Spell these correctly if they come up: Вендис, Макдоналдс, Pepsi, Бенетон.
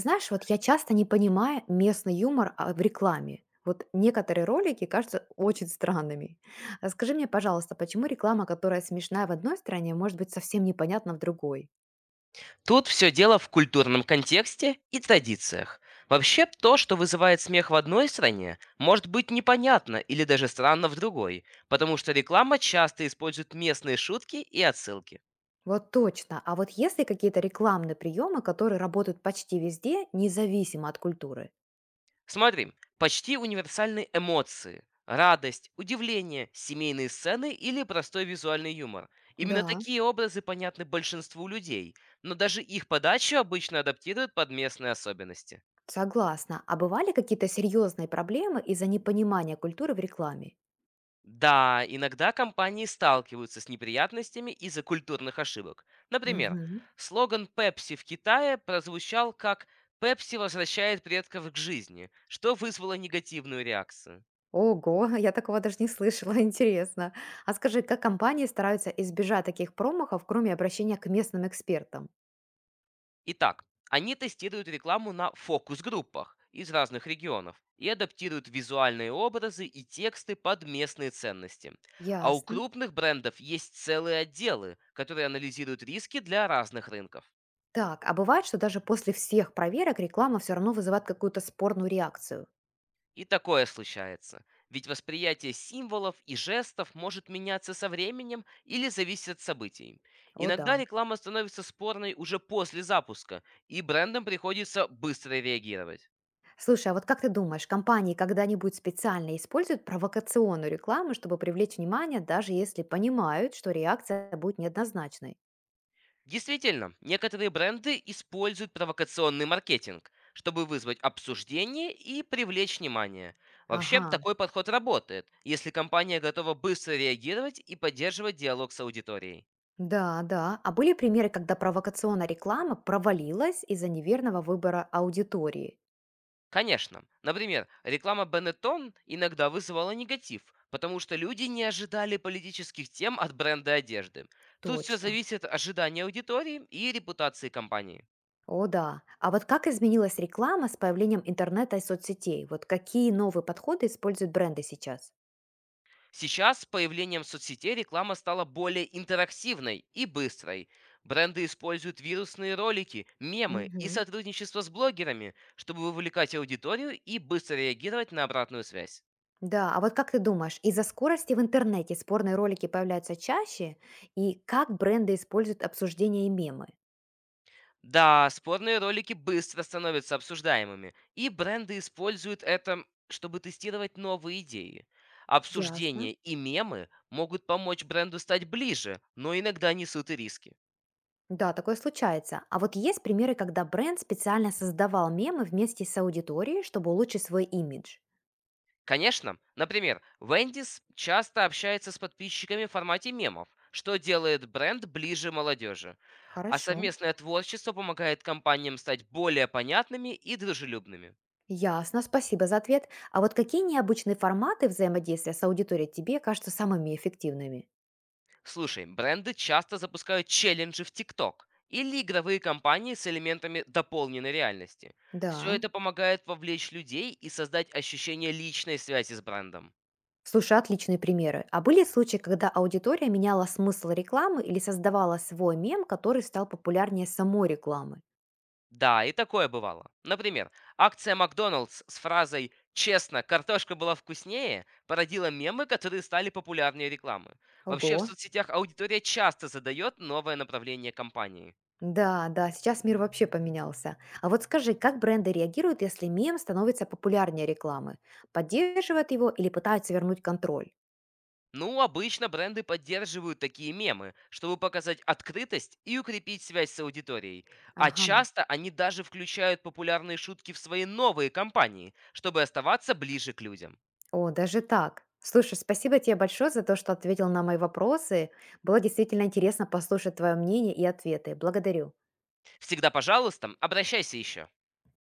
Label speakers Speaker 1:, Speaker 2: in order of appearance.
Speaker 1: Знаешь, вот я часто не понимаю местный юмор в рекламе. Вот некоторые ролики кажутся очень странными. Скажи мне, пожалуйста, почему реклама, которая смешная в одной стране, может быть совсем непонятна в другой?
Speaker 2: Тут все дело в культурном контексте и традициях. Вообще, то, что вызывает смех в одной стране, может быть непонятно или даже странно в другой, потому что реклама часто использует местные шутки и отсылки.
Speaker 1: Вот точно. А вот есть ли какие-то рекламные приемы, которые работают почти везде, независимо от культуры?
Speaker 2: Смотри, почти универсальные эмоции. Радость, удивление, семейные сцены или простой визуальный юмор. Именно
Speaker 1: Да,
Speaker 2: такие образы понятны большинству людей, но даже их подачу обычно адаптируют под местные особенности.
Speaker 1: согласна. А бывали какие-то серьезные проблемы из-за непонимания культуры в рекламе?
Speaker 2: Да, иногда компании сталкиваются с неприятностями из-за культурных ошибок. Например,
Speaker 1: Мгм.
Speaker 2: слоган Pepsi в Китае прозвучал как «Пепси возвращает предков к жизни», что вызвало негативную реакцию.
Speaker 1: Ого, я такого даже не слышала, интересно. А скажи, как компании стараются избежать таких промахов, кроме обращения к местным экспертам?
Speaker 2: Итак, они тестируют рекламу на фокус-группах из разных регионов и адаптируют визуальные образы и тексты под местные ценности. А у
Speaker 1: Ясно.
Speaker 2: крупных брендов есть целые отделы, которые анализируют риски для разных рынков.
Speaker 1: Так, а бывает, что даже после всех проверок реклама все равно вызывает какую-то спорную реакцию?
Speaker 2: И такое случается. Ведь восприятие символов и жестов может меняться со временем или зависеть от событий.
Speaker 1: О, да.
Speaker 2: Иногда реклама становится спорной уже после запуска, и брендам приходится быстро реагировать.
Speaker 1: Слушай, а вот как ты думаешь, компании когда-нибудь специально используют провокационную рекламу, чтобы привлечь внимание, даже если понимают, что реакция будет неоднозначной?
Speaker 2: Действительно, некоторые бренды используют провокационный маркетинг, чтобы вызвать обсуждение и привлечь внимание. Вообще,
Speaker 1: Ага.
Speaker 2: такой подход работает, если компания готова быстро реагировать и поддерживать диалог с аудиторией.
Speaker 1: Да, да. А были примеры, когда провокационная реклама провалилась из-за неверного выбора аудитории?
Speaker 2: Конечно. Например, реклама Бенетон иногда вызывала негатив, потому что люди не ожидали политических тем от бренда одежды. Тут все
Speaker 1: Точно.
Speaker 2: зависит от ожидания аудитории и репутации компании.
Speaker 1: О, да. А вот как изменилась реклама с появлением интернета и соцсетей? Вот какие новые подходы используют бренды сейчас?
Speaker 2: Сейчас с появлением соцсетей реклама стала более интерактивной и быстрой. Бренды используют вирусные ролики, мемы и
Speaker 1: Мгм.
Speaker 2: сотрудничество с блогерами, чтобы вовлекать аудиторию и быстро реагировать на обратную связь.
Speaker 1: Да, а вот как ты думаешь, из-за скорости в интернете спорные ролики появляются чаще, и как бренды используют обсуждения и мемы?
Speaker 2: Да, спорные ролики быстро становятся обсуждаемыми, и бренды используют это, чтобы тестировать новые идеи.
Speaker 1: Ясно.
Speaker 2: Обсуждения и мемы могут помочь бренду стать ближе, но иногда несут и риски.
Speaker 1: Да, такое случается. А вот есть примеры, когда бренд специально создавал мемы вместе с аудиторией, чтобы улучшить свой имидж.
Speaker 2: Конечно, например, Вендис часто общается с подписчиками в формате мемов, что делает бренд ближе молодежи. А
Speaker 1: Хорошо.
Speaker 2: совместное творчество помогает компаниям стать более понятными и дружелюбными.
Speaker 1: Ясно, спасибо за ответ. А вот какие необычные форматы взаимодействия с аудиторией тебе кажутся самыми эффективными?
Speaker 2: Слушай, бренды часто запускают челленджи в ТикТок или игровые кампании с элементами дополненной реальности. Все
Speaker 1: Да.
Speaker 2: это помогает вовлечь людей и создать ощущение личной связи с брендом.
Speaker 1: Слушай, отличные примеры. А были случаи, когда аудитория меняла смысл рекламы или создавала свой мем, который стал популярнее самой рекламы?
Speaker 2: Да, и такое бывало. Например, акция Макдоналдс с фразой «Честно, картошка была вкуснее» породила мемы, которые стали популярнее рекламы. Вообще в
Speaker 1: Ого.
Speaker 2: соцсетях аудитория часто задает новое направление компании.
Speaker 1: Да, да, сейчас мир вообще поменялся. А вот скажи, как бренды реагируют, если мем становится популярнее рекламы? Поддерживают его или пытаются вернуть контроль?
Speaker 2: Ну, обычно бренды поддерживают такие мемы, чтобы показать открытость и укрепить связь с аудиторией. А
Speaker 1: Ага.
Speaker 2: часто они даже включают популярные шутки в свои новые компании, чтобы оставаться ближе к людям.
Speaker 1: О, даже так. Слушай, спасибо тебе большое за то, что ответил на мои вопросы. Было действительно интересно послушать твое мнение и ответы. Благодарю.
Speaker 2: Всегда, пожалуйста, обращайся еще.